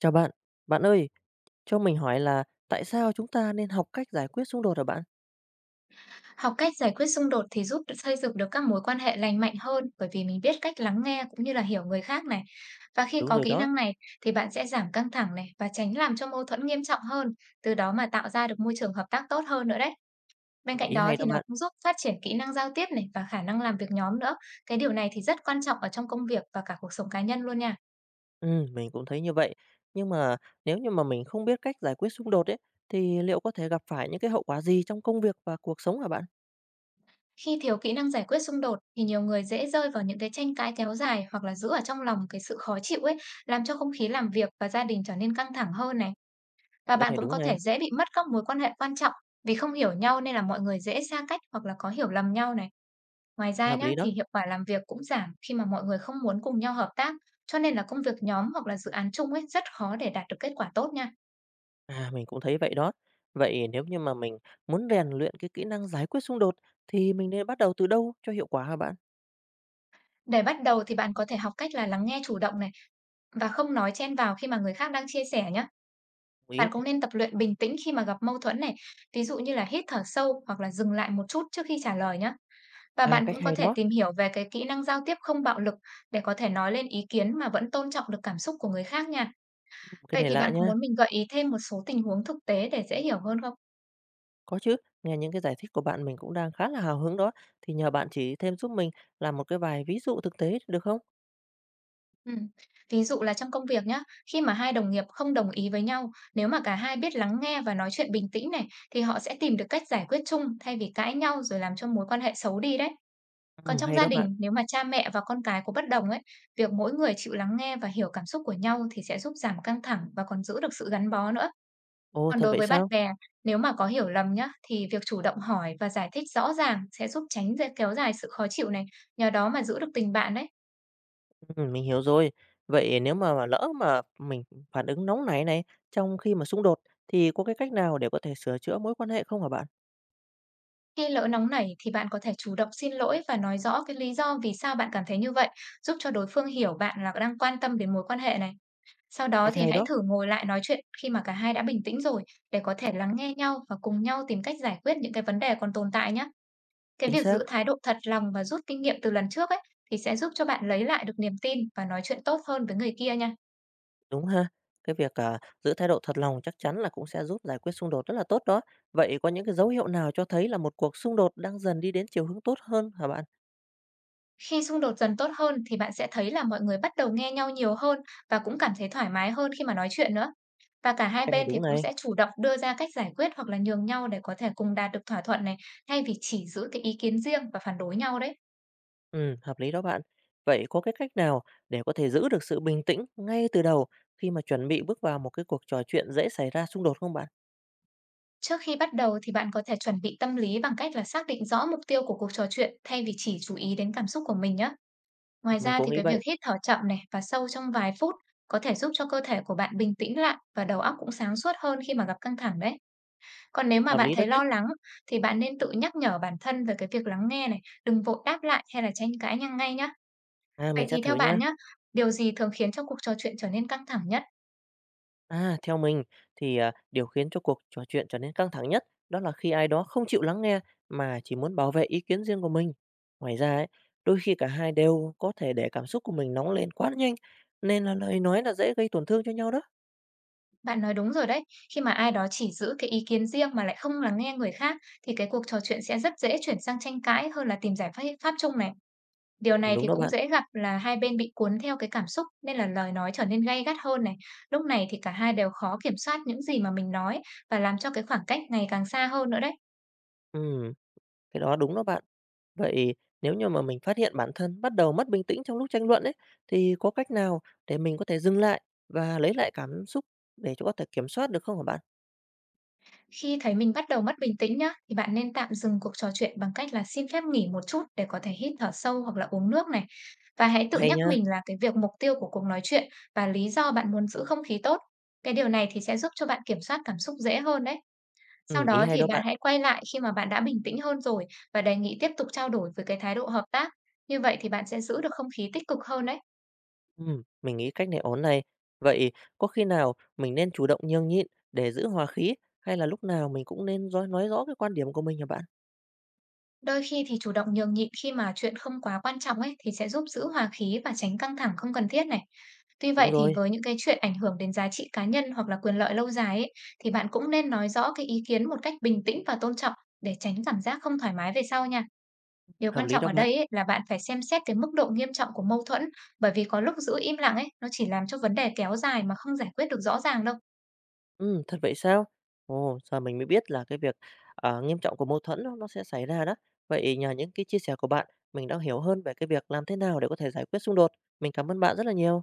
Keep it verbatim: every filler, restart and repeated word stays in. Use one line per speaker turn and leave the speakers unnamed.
Chào bạn, bạn ơi, cho mình hỏi là tại sao chúng ta nên học cách giải quyết xung đột hả bạn?
Học cách giải quyết xung đột thì giúp xây dựng được các mối quan hệ lành mạnh hơn, bởi vì mình biết cách lắng nghe cũng như là hiểu người khác này. Và khi
Đúng
có
rồi
kỹ
đó,
năng này thì bạn sẽ giảm căng thẳng này, và tránh làm cho mâu thuẫn nghiêm trọng hơn, từ đó mà tạo ra được môi trường hợp tác tốt hơn nữa đấy.
ừ,
Bên cạnh
ý
đó
hay đó
thì nó
bạn.
cũng giúp phát triển kỹ năng giao tiếp này và khả năng làm việc nhóm nữa. Cái điều này thì rất quan trọng ở trong công việc và cả cuộc sống cá nhân luôn nha.
Ừ, mình cũng thấy như vậy. Nhưng mà nếu như mà mình không biết cách giải quyết xung đột ấy, thì liệu có thể gặp phải những cái hậu quả gì trong công việc và cuộc sống hả bạn?
Khi thiếu kỹ năng giải quyết xung đột thì nhiều người dễ rơi vào những cái tranh cãi kéo dài, hoặc là giữ ở trong lòng cái sự khó chịu ấy, làm cho không khí làm việc và gia đình trở nên căng thẳng hơn này. Và
Cái
bạn
này
cũng
đúng
có
này,
thể dễ bị mất các mối quan hệ quan trọng, vì không hiểu nhau nên là mọi người dễ xa cách, hoặc là có hiểu lầm nhau này. Ngoài ra
hợp
nhá,
lý đó.
thì hiệu quả làm việc cũng giảm khi mà mọi người không muốn cùng nhau hợp tác, cho nên là công việc nhóm hoặc là dự án chung ấy rất khó để đạt được kết quả tốt nha.
À, mình cũng thấy vậy đó. Vậy nếu như mà mình muốn rèn luyện cái kỹ năng giải quyết xung đột thì mình nên bắt đầu từ đâu cho hiệu quả hả bạn?
Để bắt đầu thì bạn có thể học cách là lắng nghe chủ động này, và không nói chen vào khi mà người khác đang chia sẻ nhá.
Đồng ý.
Bạn cũng nên tập luyện bình tĩnh khi mà gặp mâu thuẫn này, ví dụ như là hít thở sâu, hoặc là dừng lại một chút trước khi trả lời nhé. Và
À,
bạn
cách
cũng có
hay
thể
đó.
tìm hiểu về cái kỹ năng giao tiếp không bạo lực, để có thể nói lên ý kiến mà vẫn tôn trọng được cảm xúc của người khác nha.
Cái
Vậy
này
thì
lạ
bạn có
nha.
muốn mình gợi ý thêm một số tình huống thực tế để dễ hiểu hơn không?
Có chứ, nghe những cái giải thích của bạn mình cũng đang khá là hào hứng đó, thì nhờ bạn chỉ thêm giúp mình làm một cái vài ví dụ thực tế được không?
Ừ. Ví dụ là trong công việc nhá, khi mà hai đồng nghiệp không đồng ý với nhau, nếu mà cả hai biết lắng nghe và nói chuyện bình tĩnh này, thì họ sẽ tìm được cách giải quyết chung, thay vì cãi nhau rồi làm cho mối quan hệ xấu đi đấy. Còn
Ừm,
trong
hay
gia
đó bạn.
đình, nếu mà cha mẹ và con cái có bất đồng ấy, việc mỗi người chịu lắng nghe và hiểu cảm xúc của nhau thì sẽ giúp giảm căng thẳng, và còn giữ được sự gắn bó nữa.
Ồ,
Còn
thật
đối
vậy
với bạn
sao?
bè, nếu mà có hiểu lầm nhá, thì việc chủ động hỏi và giải thích rõ ràng sẽ giúp tránh dễ kéo dài sự khó chịu này, nhờ đó mà giữ được tình bạn đấy.
Ừm, mình hiểu rồi. Vậy nếu mà lỡ mà mình phản ứng nóng nảy này trong khi mà xung đột thì có cái cách nào để có thể sửa chữa mối quan hệ không hả bạn?
Khi lỡ nóng nảy thì bạn có thể chủ động xin lỗi và nói rõ cái lý do vì sao bạn cảm thấy như vậy, giúp cho đối phương hiểu bạn là đang quan tâm đến mối quan hệ này. Sau đó
Cách
thì
hay
hãy
đó,
thử ngồi lại nói chuyện khi mà cả hai đã bình tĩnh rồi, để có thể lắng nghe nhau và cùng nhau tìm cách giải quyết những cái vấn đề còn tồn tại nhé. Cái
chính
việc
xác,
giữ thái độ thật lòng và rút kinh nghiệm từ lần trước ấy, thì sẽ giúp cho bạn lấy lại được niềm tin và nói chuyện tốt hơn với người kia nha.
đúng ha. Cái việc à, giữ thái độ thật lòng chắc chắn là cũng sẽ giúp giải quyết xung đột rất là tốt đó. Vậy có những cái dấu hiệu nào cho thấy là một cuộc xung đột đang dần đi đến chiều hướng tốt hơn hả bạn?
Khi xung đột dần tốt hơn thì bạn sẽ thấy là mọi người bắt đầu nghe nhau nhiều hơn, và cũng cảm thấy thoải mái hơn khi mà nói chuyện nữa. Và cả hai
Cái này
bên thì
đúng
cũng
này.
sẽ chủ động đưa ra cách giải quyết, hoặc là nhường nhau để có thể cùng đạt được thỏa thuận này, thay vì chỉ giữ cái ý kiến riêng và phản đối nhau đấy.
Ừm, hợp lý đó bạn. Vậy có cái cách nào để có thể giữ được sự bình tĩnh ngay từ đầu khi mà chuẩn bị bước vào một cái cuộc trò chuyện dễ xảy ra xung đột không bạn?
Trước khi bắt đầu thì bạn có thể chuẩn bị tâm lý bằng cách là xác định rõ mục tiêu của cuộc trò chuyện, thay vì chỉ chú ý đến cảm xúc của mình nhé.
Ừ,
Ngoài
mình
ra
cũng
thì
nghĩ
cái
vậy,
việc hít thở chậm này và sâu trong vài phút có thể giúp cho cơ thể của bạn bình tĩnh lại, và đầu óc cũng sáng suốt hơn khi mà gặp căng thẳng đấy. Còn nếu mà
hợp
bạn
lý đó
thấy
chứ.
lo lắng, thì bạn nên tự nhắc nhở bản thân về cái việc lắng nghe này, đừng vội đáp lại hay là tranh cãi nhanh ngay nhé.
À, mình
Vậy
sẽ
thì
thử
theo bạn
nha.
nhá, điều gì thường khiến cho cuộc trò chuyện trở nên căng thẳng nhất?
À, theo mình thì à, điều khiến cho cuộc trò chuyện trở nên căng thẳng nhất đó là khi ai đó không chịu lắng nghe mà chỉ muốn bảo vệ ý kiến riêng của mình. Ngoài ra ấy, đôi khi cả hai đều có thể để cảm xúc của mình nóng lên quá nhanh nên là lời nói là dễ gây tổn thương cho nhau đó.
Bạn nói đúng rồi đấy, khi mà ai đó chỉ giữ cái ý kiến riêng mà lại không lắng nghe người khác, thì cái cuộc trò chuyện sẽ rất dễ chuyển sang tranh cãi hơn là tìm giải pháp pháp chung này. Điều
Ừ,
này
đúng
thì
đó
cũng
bạn.
dễ gặp là hai bên bị cuốn theo cái cảm xúc, nên là lời nói trở nên gay gắt hơn này. Lúc này thì cả hai đều khó kiểm soát những gì mà mình nói, và làm cho cái khoảng cách ngày càng xa hơn nữa đấy.
Ừ, cái đó đúng đó bạn. Vậy nếu như mà mình phát hiện bản thân bắt đầu mất bình tĩnh trong lúc tranh luận ấy, thì có cách nào để mình có thể dừng lại và lấy lại cảm xúc để cho có thể kiểm soát được không hả bạn?
Khi thấy mình bắt đầu mất bình tĩnh nhá, thì bạn nên tạm dừng cuộc trò chuyện bằng cách là xin phép nghỉ một chút, để có thể hít thở sâu hoặc là uống nước này. Và hãy tự
Hay
nhắc
nhá.
mình là cái việc mục tiêu của cuộc nói chuyện và lý do bạn muốn giữ không khí tốt. Cái điều này thì sẽ giúp cho bạn kiểm soát cảm xúc dễ hơn đấy. Sau
Ừ, ý
đó
hay
thì
đó
bạn
bạn.
hãy quay lại khi mà bạn đã bình tĩnh hơn rồi, và đề nghị tiếp tục trao đổi với cái thái độ hợp tác. Như vậy thì bạn sẽ giữ được không khí tích cực hơn đấy.
Ừ, mình nghĩ cách này ổn này. Vậy có khi nào mình nên chủ động nhường nhịn để giữ hòa khí hay là lúc nào mình cũng nên nói, nói rõ cái quan điểm của mình hả bạn?
Đôi khi thì chủ động nhường nhịn khi mà chuyện không quá quan trọng ấy, thì sẽ giúp giữ hòa khí và tránh căng thẳng không cần thiết này. Tuy
Đúng
vậy thì
rồi,
với những cái chuyện ảnh hưởng đến giá trị cá nhân hoặc là quyền lợi lâu dài ấy, thì bạn cũng nên nói rõ cái ý kiến một cách bình tĩnh và tôn trọng, để tránh cảm giác không thoải mái về sau nha. Điều
hợp
quan
lý
trọng
đó
ở
bạn.
đây ấy, là bạn phải xem xét cái mức độ nghiêm trọng của mâu thuẫn, bởi vì có lúc giữ im lặng ấy, nó chỉ làm cho vấn đề kéo dài mà không giải quyết được rõ ràng đâu.
Ừm, thật vậy sao? Ồ, giờ mình mới biết là cái việc, ờ, nghiêm trọng của mâu thuẫn nó nó sẽ xảy ra đó. Vậy nhờ những cái chia sẻ của bạn, mình đã hiểu hơn về cái việc làm thế nào để có thể giải quyết xung đột. Mình cảm ơn bạn rất là nhiều.